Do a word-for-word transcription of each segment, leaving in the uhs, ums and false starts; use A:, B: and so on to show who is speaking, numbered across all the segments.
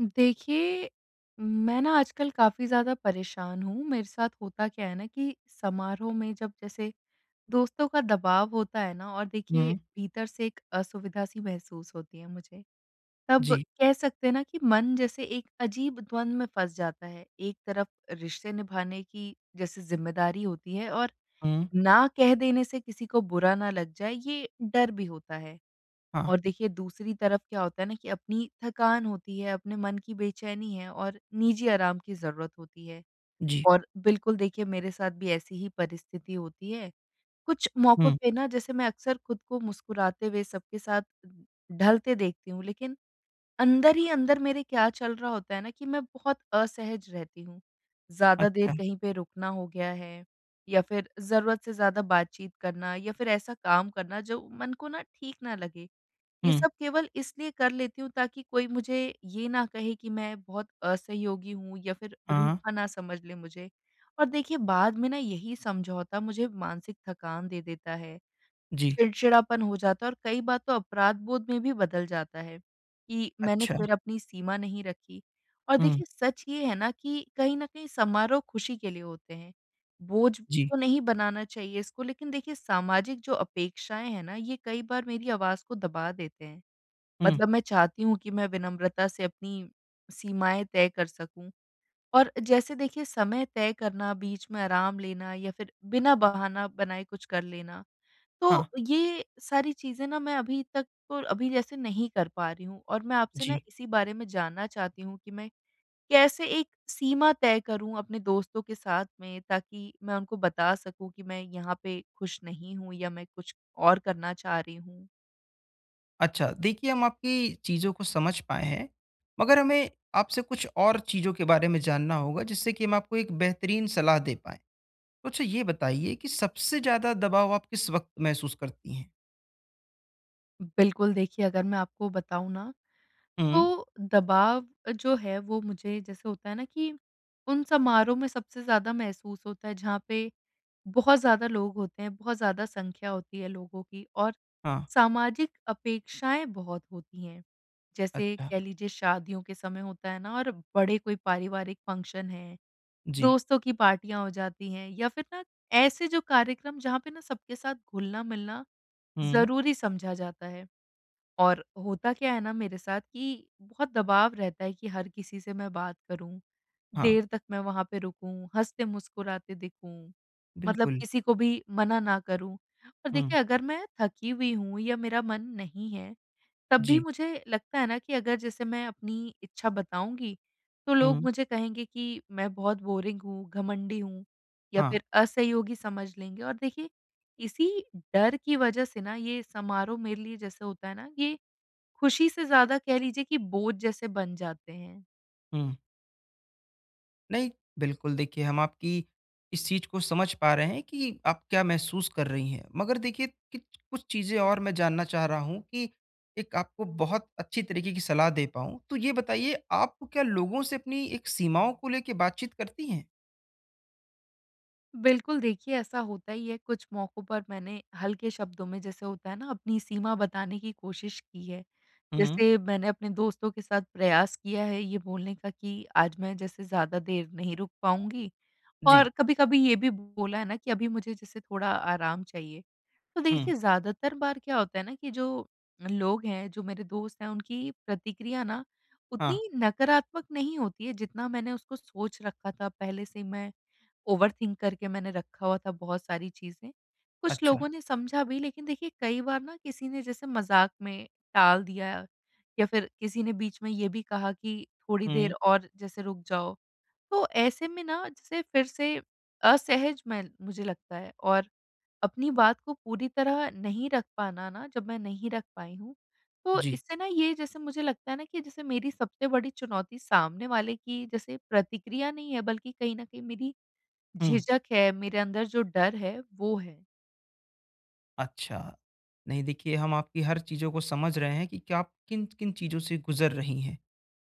A: देखिए, मैं ना आजकल काफ़ी ज़्यादा परेशान हूँ। मेरे साथ होता क्या है ना कि समारोह में जब जैसे दोस्तों का दबाव होता है ना और देखिए
B: हुँ।
A: भीतर से एक असुविधा-सी महसूस होती है मुझे। तब
B: जी।
A: कह सकते हैं ना कि मन जैसे एक अजीब द्वंद में फँस जाता है। एक तरफ रिश्ते निभाने की जैसे ज़िम्मेदारी होती है और
B: हुँ।
A: ना कह देने से किसी को बुरा ना लग जाए, ये डर भी होता है।
B: हाँ।
A: और देखिए दूसरी तरफ क्या होता है ना कि अपनी थकान होती है, अपने मन की बेचैनी है और निजी आराम की ज़रूरत होती है।
B: जी।
A: और बिल्कुल देखिए मेरे साथ भी ऐसी ही परिस्थिति होती है। कुछ मौकों
B: हुँ।
A: पे ना जैसे मैं अक्सर खुद को मुस्कुराते हुए सबके साथ ढलते देखती हूँ, लेकिन अंदर ही अंदर मेरे क्या चल रहा होता है ना कि मैं बहुत असहज रहती हूँ। ज़्यादा देर
B: अच्छा।
A: कहीं पे रुकना हो गया है या फिर ज़रूरत से ज़्यादा बातचीत करना या फिर ऐसा काम करना जो मन को ना ठीक ना लगे। ये
B: हुँ।
A: सब केवल इसलिए कर लेती हूँ ताकि कोई मुझे ये ना कहे कि मैं बहुत असहयोगी हूँ या फिर
B: हाँ।
A: रूखा ना समझ ले मुझे। और देखिए बाद में ना यही समझौता मुझे मानसिक थकान दे देता है,
B: जी।
A: चिड़चिड़ापन हो जाता है और कई बार तो अपराध बोध में भी बदल जाता है कि मैंने
B: अच्छा।
A: फिर अपनी सीमा नहीं रखी। और
B: हुँ।
A: देखिए सच ये है ना कि कहीं न कहीं समारोह खुशी के लिए होते हैं। बोझ
B: जी।
A: तो नहीं बनाना चाहिए इसको, लेकिन देखिए सामाजिक जो अपेक्षाएँ हैं ना, ये कई बार मेरी आवाज़ को दबा देते हैं।
B: हुँ।
A: मतलब मैं चाहती हूँ कि मैं विनम्रता से अपनी सीमाएँ तय कर सकूँ। और जैसे देखिए समय तय करना, बीच में आराम लेना या फिर बिना बहाना बनाए कुछ कर लेना,
B: हाँ।
A: तो ये सारी चीज़ें ना मैं अभी तक तो अभी जैसे नहीं कर पा रही हूँ। और मैं आपसे ना
B: जी।
A: इसी बारे में जानना चाहती हूँ कि मैं कैसे एक सीमा तय करूँ अपने दोस्तों के साथ में, ताकि मैं उनको बता सकूँ कि मैं यहाँ पे खुश नहीं हूँ या मैं कुछ और करना चाह रही हूँ?
B: अच्छा, देखिए हम आपकी चीज़ों को समझ पाए हैं, मगर हमें आपसे कुछ और चीज़ों के बारे में जानना होगा जिससे कि हम आपको एक बेहतरीन सलाह दे पाएँ। तो अच्छा ये बताइए कि सबसे ज़्यादा दबाव आप किस वक़्त महसूस करती हैं?
A: बिल्कुल, देखिए अगर मैं आपको बताऊँ ना,
B: हुँ।
A: तो दबाव जो है वो मुझे जैसे होता है ना कि उन समारोह में सबसे ज़्यादा महसूस होता है, जहाँ पे बहुत ज़्यादा लोग होते हैं, बहुत ज़्यादा संख्या होती है लोगों की और
B: हाँ।
A: सामाजिक अपेक्षाएँ बहुत होती हैं। जैसे
B: अच्छा।
A: कह लीजिए शादियों के समय होता है ना, और बड़े कोई पारिवारिक फंक्शन है,
B: जी।
A: दोस्तों की पार्टियाँ हो जाती हैं, या फिर ना ऐसे जो कार्यक्रम, जहाँ पे ना सबके साथ घुलना-मिलना
B: हुँ।
A: ज़रूरी समझा जाता है। और होता क्या है ना मेरे साथ, कि बहुत दबाव रहता है कि हर किसी से मैं बात करूँ,
B: हाँ।
A: देर तक मैं वहाँ पे रुकूँ, हँसते-मुस्कुराते दिखूँ, मतलब
B: बिल्कुल।
A: किसी को भी मना ना करूँ। और
B: हुँ।
A: देखिए अगर मैं थकी हुई हूँ या मेरा मन नहीं है, तब भी
B: जी।
A: मुझे लगता है ना कि अगर जैसे मैं अपनी इच्छा बताऊँगी, तो लोग
B: हुँ।
A: मुझे कहेंगे कि मैं बहुत बोरिंग हूँ, घमंडी हूँ या
B: हाँ।
A: फिर असहयोगी समझ लेंगे। और देखिए इसी डर की वजह से ना ये समारोह मेरे लिए जैसे होता है ना, ये खुशी से ज़्यादा कह लीजिए कि बोझ जैसे बन जाते हैं।
B: हुँ। नहीं, बिल्कुल देखिए हम आपकी इस चीज़ को समझ पा रहे हैं कि आप क्या महसूस कर रही हैं। मगर देखिए कि कुछ चीज़ें और मैं जानना चाह रहा हूँ कि एक आपको बहुत अच्छी तरीके की सलाह दे पाऊँ। तो ये बताइए आप क्या लोगों से अपनी एक सीमाओं को लेके बातचीत करती हैं?
A: बिल्कुल देखिए ऐसा होता ही है, कुछ मौकों पर मैंने हल्के शब्दों में जैसे होता है ना अपनी सीमा बताने की कोशिश की है।
B: हुँ।
A: जैसे मैंने अपने दोस्तों के साथ प्रयास किया है ये बोलने का कि आज मैं जैसे ज़्यादा देर नहीं रुक पाऊँगी,
B: जी।
A: और कभी-कभी ये भी बोला है ना कि अभी मुझे जैसे थोड़ा आराम चाहिए। तो
B: हुँ।
A: देखिए ज़्यादातर बार क्या होता है ना, कि जो लोग हैं, जो मेरे दोस्त हैं, उनकी प्रतिक्रिया ना
B: हाँ।
A: उतनी नकारात्मक नहीं होती है जितना मैंने उसको सोच रखा था। पहले से ही मैं ओवरथिंक करके मैंने रखा हुआ था बहुत सारी चीज़ें। कुछ
B: अच्छा।
A: लोगों ने समझा भी, लेकिन देखिए कई बार ना किसी ने जैसे मज़ाक में टाल दिया या फिर किसी ने बीच में ये भी कहा कि थोड़ी
B: हुँ।
A: देर और जैसे रुक जाओ। तो ऐसे में ना जैसे फिर से असहज मैं मुझे लगता है, और अपनी बात को पूरी तरह नहीं रख पाना, ना जब मैं नहीं रख पाई हूँ, तो
B: जी।
A: इससे ना ये जैसे मुझे लगता है ना कि जैसे मेरी सबसे बड़ी चुनौती सामने वाले की जैसे प्रतिक्रिया नहीं है, बल्कि कहीं न कहीं मेरी
B: हुँ।
A: झिझक है, मेरे अंदर जो डर है वो है।
B: अच्छा। नहीं देखिए हम आपकी हर चीज़ों को समझ रहे हैं कि क्या आप किन-किन चीज़ों से गुज़र रही हैं।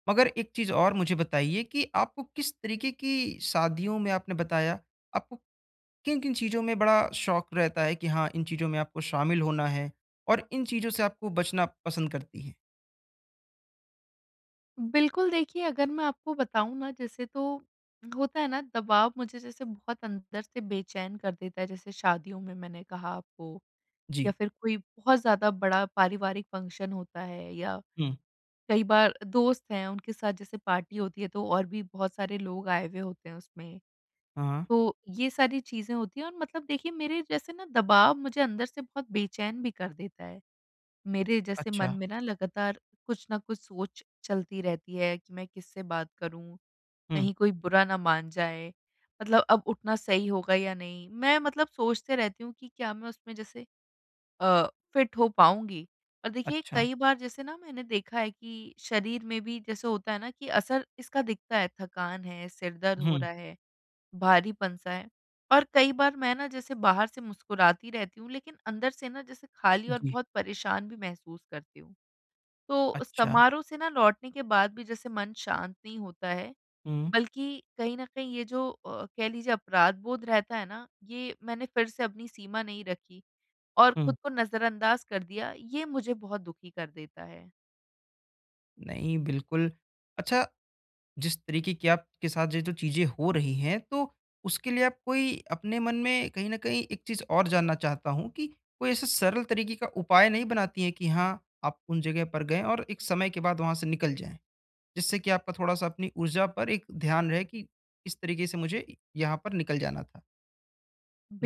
B: मगर एक चीज़ और मुझे बताइए कि आपको किस तरीके की शादियों में आपने बताया, आपको किन-किन चीज़ों में बड़ा शौक रहता है कि हाँ, इन चीज़ों में आपको शामिल होना है और इन चीज़ों से आपको बचना पसंद करती हैं?
A: बिल्कुल देखिए, अगर मैं आपको बताऊँ ना, जैसे तो होता है ना दबाव मुझे जैसे बहुत अंदर से बेचैन कर देता है, जैसे शादियों में मैंने कहा आपको।
B: जी।
A: या फिर कोई बहुत ज़्यादा बड़ा पारिवारिक फंक्शन होता है, या
B: हुँ।
A: कई बार दोस्त हैं, उनके साथ जैसे पार्टी होती है तो और भी बहुत सारे लोग आए हुए होते हैं उसमें।
B: हाँ, हाँ।
A: तो ये सारी चीज़ें होती हैं और मतलब देखिए मेरे जैसे ना दबाव मुझे अंदर से बहुत बेचैन भी कर देता है। मेरे जैसे मन
B: अच्छा।
A: में ना लगातार कुछ ना कुछ सोच चलती रहती है कि मैं किससे बात करूँ?
B: हुँ।
A: कहीं कोई बुरा ना मान जाए। मतलब अब उठना सही होगा या नहीं? मैं मतलब सोचते रहती हूँ कि क्या मैं उसमें जैसे अ, फिट हो पाऊँगी। और देखिए
B: अच्छा।
A: कई बार जैसे ना मैंने देखा है कि शरीर में भी जैसे होता है ना कि असर इसका दिखता है, थकान है, सिर दर्द हो
B: हुँ।
A: रहा है, भारीपन-सा है। और कई बार मैं ना जैसे बाहर से मुस्कुराती रहती हूँ, लेकिन अंदर से ना जैसे खाली और
B: जी।
A: बहुत परेशान भी महसूस करती हूँ। तो
B: अच्छा।
A: समारोह से ना लौटने के बाद भी जैसे मन शांत नहीं होता है,
B: हुँ।
A: बल्कि कहीं न कहीं ये जो अ, कह लीजिए अपराध बोध रहता है ना, ये मैंने फिर से अपनी सीमा नहीं रखी और
B: हुँ।
A: खुद को नज़रअंदाज कर दिया, ये मुझे बहुत दुखी कर देता है।
B: नहीं, बिल्कुल। अच्छा, जिस तरीके की आपके साथ ये जो चीज़ें हो रही हैं, तो उसके लिए आप कोई अपने मन में कहीं न कहीं एक चीज़ और जानना चाहता हूँ कि कोई ऐसा सरल तरीके का उपाय नहीं बनाती हैं कि हाँ, आप उन जगह पर गए और एक समय के बाद वहाँ से निकल जाएँ? जिससे कि आपका थोड़ा-सा अपनी ऊर्जा पर एक ध्यान रहे कि इस तरीके से मुझे यहाँ पर निकल जाना था?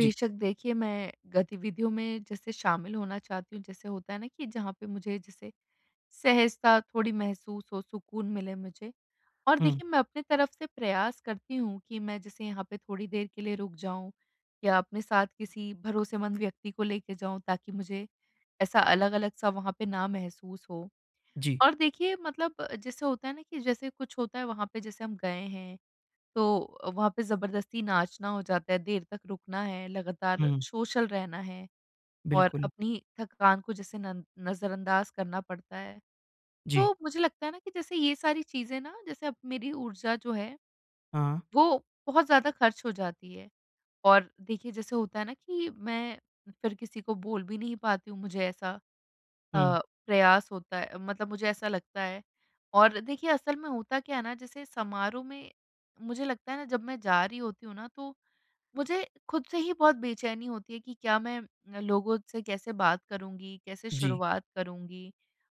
B: जी।
A: देखिए, मैं गतिविधियों में जैसे शामिल होना चाहती हूँ, जैसे होता है ना कि जहाँ पे मुझे जैसे सहजता थोड़ी महसूस हो, सुकून मिले मुझे। और
B: हुँ।
A: देखिए, मैं अपनी तरफ से प्रयास करती हूँ कि मैं जैसे यहाँ पे थोड़ी देर के लिए रुक जाऊँ या अपने साथ किसी भरोसेमंद व्यक्ति को लेके जाऊँ, ताकि मुझे ऐसा अलग-अलग सा वहाँ पे ना महसूस हो।
B: जी।
A: और देखिए, मतलब जैसे होता है ना कि जैसे कुछ होता है वहाँ पे, जैसे हम गए हैं तो वहाँ पे ज़बरदस्ती नाचना हो जाता है, देर तक रुकना है, लगातार
B: हुँ।
A: सोशल रहना है और
B: बिल्कुल।
A: अपनी थकान को जैसे नन नज़रअंदाज़ करना पड़ता है।
B: जी।
A: तो मुझे लगता है ना कि जैसे ये सारी चीज़ें ना, जैसे अब मेरी ऊर्जा जो है
B: हाँ।
A: वो बहुत ज़्यादा खर्च हो जाती है। और देखिए जैसे होता है ना कि मैं फिर किसी को बोल भी नहीं पाती हूँ, मुझे ऐसा
B: हुँ।
A: अ, प्रयास होता है, मतलब मुझे ऐसा लगता है। और देखिए असल में होता क्या है ना, जैसे समारोह में मुझे लगता है ना, जब मैं जा रही होती हूँ ना तो मुझे खुद से ही बहुत बेचैनी होती है कि क्या मैं, अ, लोगों से कैसे बात करूँगी, कैसे
B: जी।
A: शुरुआत करूँगी?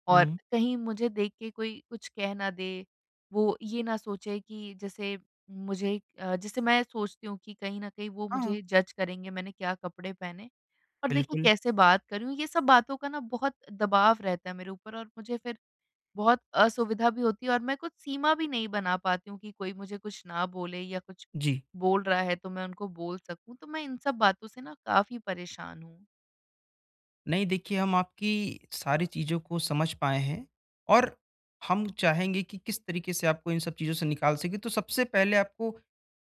A: और
B: हुँ।
A: कहीं मुझे देख के कोई कुछ कह ना दे, वो ये ना सोचे कि जैसे मुझे अ, जैसे मैं सोचती हूँ कि कहीं न कहीं वो
B: हाँ।
A: मुझे जज करेंगे, मैंने क्या कपड़े पहने और देखिए
B: बिल्कुल।
A: कैसे बात कर रही हूँ, ये सब बातों का ना बहुत दबाव रहता है मेरे ऊपर, और मुझे फिर बहुत असुविधा भी होती है और मैं कुछ सीमा भी नहीं बना पाती हूँ कि कोई मुझे कुछ ना बोले, या कुछ
B: जी।
A: बोल रहा है तो मैं उनको बोल सकूँ। तो मैं इन सब बातों से ना काफ़ी परेशान हूँ।
B: नहीं देखिए हम आपकी सारी चीज़ों को समझ पाए हैं और हम चाहेंगे कि किस तरीके से आपको इन सब चीज़ों से निकाल सकें। तो सबसे पहले आपको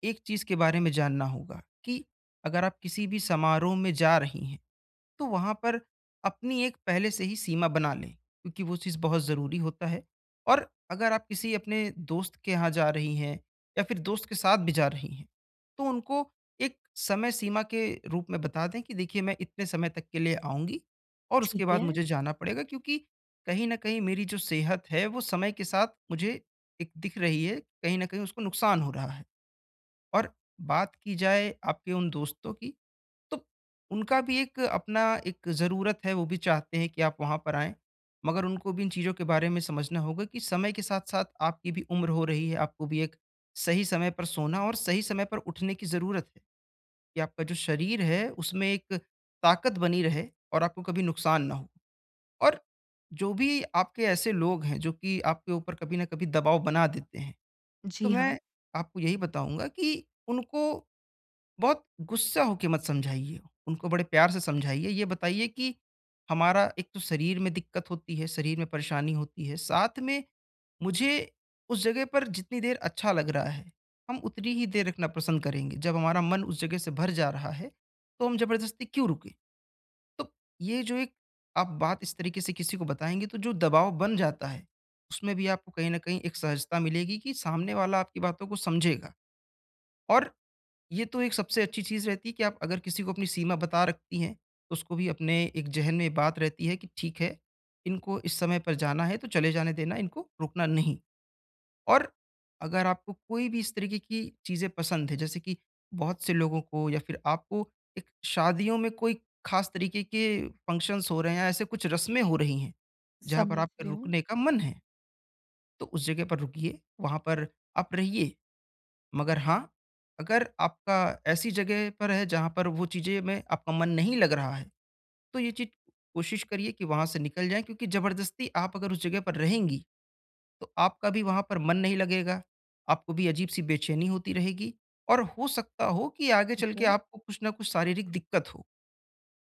B: एक चीज़ के बारे में जानना होगा कि अगर आप किसी भी समारोह में जा रही हैं, तो वहाँ पर अपनी एक पहले से ही सीमा बना लें, क्योंकि वो चीज़ बहुत ज़रूरी होता है। और अगर आप किसी अपने दोस्त के यहाँ जा रही हैं या फिर दोस्त के साथ भी जा रही हैं, तो उनको एक समय सीमा के रूप में बता दें कि देखिए, मैं इतने समय तक के लिए आऊँगी और उसके
A: ठीक
B: बाद
A: है।
B: मुझे जाना पड़ेगा, क्योंकि कहीं ना कहीं मेरी जो सेहत है, वो समय के साथ मुझे एक दिख रही है कहीं ना कहीं उसको नुकसान हो रहा है। और बात की जाए आपके उन दोस्तों की, तो उनका भी एक अपना एक ज़रूरत है, वो भी चाहते हैं कि आप वहाँ पर आएँ। मगर उनको भी इन चीज़ों के बारे में समझना होगा कि समय के साथ-साथ आपकी भी उम्र हो रही है, आपको भी एक सही समय पर सोना और सही समय पर उठने की ज़रूरत है, कि आपका जो शरीर है, उसमें एक ताकत बनी रहे और आपको कभी नुकसान ना हो। और जो भी आपके ऐसे लोग हैं, जो कि आपके ऊपर कभी न कभी दबाव बना देते हैं, तो
A: जी हाँ,
B: मैं आपको यही बताऊँगा कि उनको बहुत गुस्सा होके मत समझाइए, उनको बड़े प्यार से समझाइए। ये बताइए कि हमारा एक तो शरीर में दिक्कत होती है, शरीर में परेशानी होती है, साथ में मुझे उस जगह पर जितनी देर अच्छा लग रहा है, हम उतनी ही देर रखना पसंद करेंगे। जब हमारा मन उस जगह से भर जा रहा है, तो हम ज़बरदस्ती क्यों रुकें? तो ये जो एक आप बात इस तरीके से किसी को बताएँगे, तो जो दबाव बन जाता है, उसमें भी आपको कहीं न कहीं एक सहजता मिलेगी कि सामने वाला आपकी बातों को समझेगा। और ये तो एक सबसे अच्छी चीज़ रहती है कि आप अगर किसी को अपनी सीमा बता रखती हैं, तो उसको भी अपने एक ज़हन में बात रहती है कि ठीक है, इनको इस समय पर जाना है, तो चले जाने देना, इनको रोकना नहीं। और अगर आपको कोई भी इस तरीके की चीज़ें पसंद है, जैसे कि बहुत से लोगों को या फिर आपको एक शादियों में कोई ख़ास तरीके के फंक्शन्स हो रहे हैं या ऐसे कुछ रस्में हो रही हैं, जहाँ पर
A: समझ
B: आपके
A: रही हूँ।
B: रुकने का मन है, तो उस जगह पर रुकिए, वहाँ पर आप रहिए। मगर हाँ, अगर आपका ऐसी जगह पर है जहाँ पर वो चीज़ें में आपका मन नहीं लग रहा है, तो ये चीज़ कोशिश करिए कि वहाँ से निकल जाएँ, क्योंकि ज़बरदस्ती आप अगर उस जगह पर रहेंगी, तो आपका भी वहाँ पर मन नहीं लगेगा, आपको भी अजीब-सी बेचैनी होती रहेगी और हो सकता हो कि आगे
A: ठीक
B: चल के
A: है।
B: आपको कुछ न कुछ शारीरिक दिक्कत हो।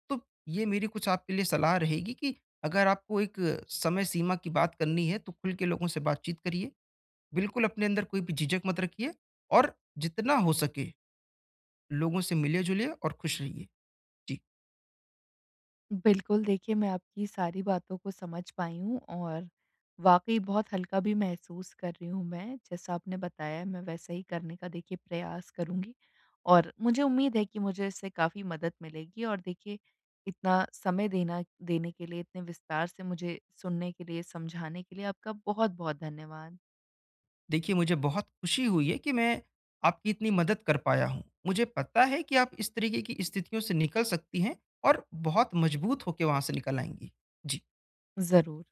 B: तो ये मेरी कुछ आपके लिए सलाह रहेगी कि अगर आपको एक समय सीमा की बात करनी है, तो खुल के लोगों से बातचीत करिए। बिल्कुल अपने अंदर कोई भी झिझक मत रखिए और जितना हो सके लोगों से मिलिए-जुलिए और खुश रहिए। जी।
A: बिल्कुल, देखिए मैं आपकी सारी बातों को समझ पाई हूँ और वाक़ई बहुत हल्का भी महसूस कर रही हूँ मैं। जैसा आपने बताया मैं वैसा ही करने का देखिए प्रयास करूँगी, और मुझे उम्मीद है कि मुझे इससे काफ़ी मदद मिलेगी। और देखिए इतना समय देना देने के लिए, इतने विस्तार से मुझे सुनने के लिए, समझाने के लिए आपका बहुत-बहुत धन्यवाद।
B: देखिए, मुझे बहुत खुशी हुई है कि मैं आपकी इतनी मदद कर पाया हूँ। मुझे पता है कि आप इस तरीके की स्थितियों से निकल सकती हैं और बहुत मजबूत होके वहाँ से निकल आएँगी। जी।
A: ज़रूर।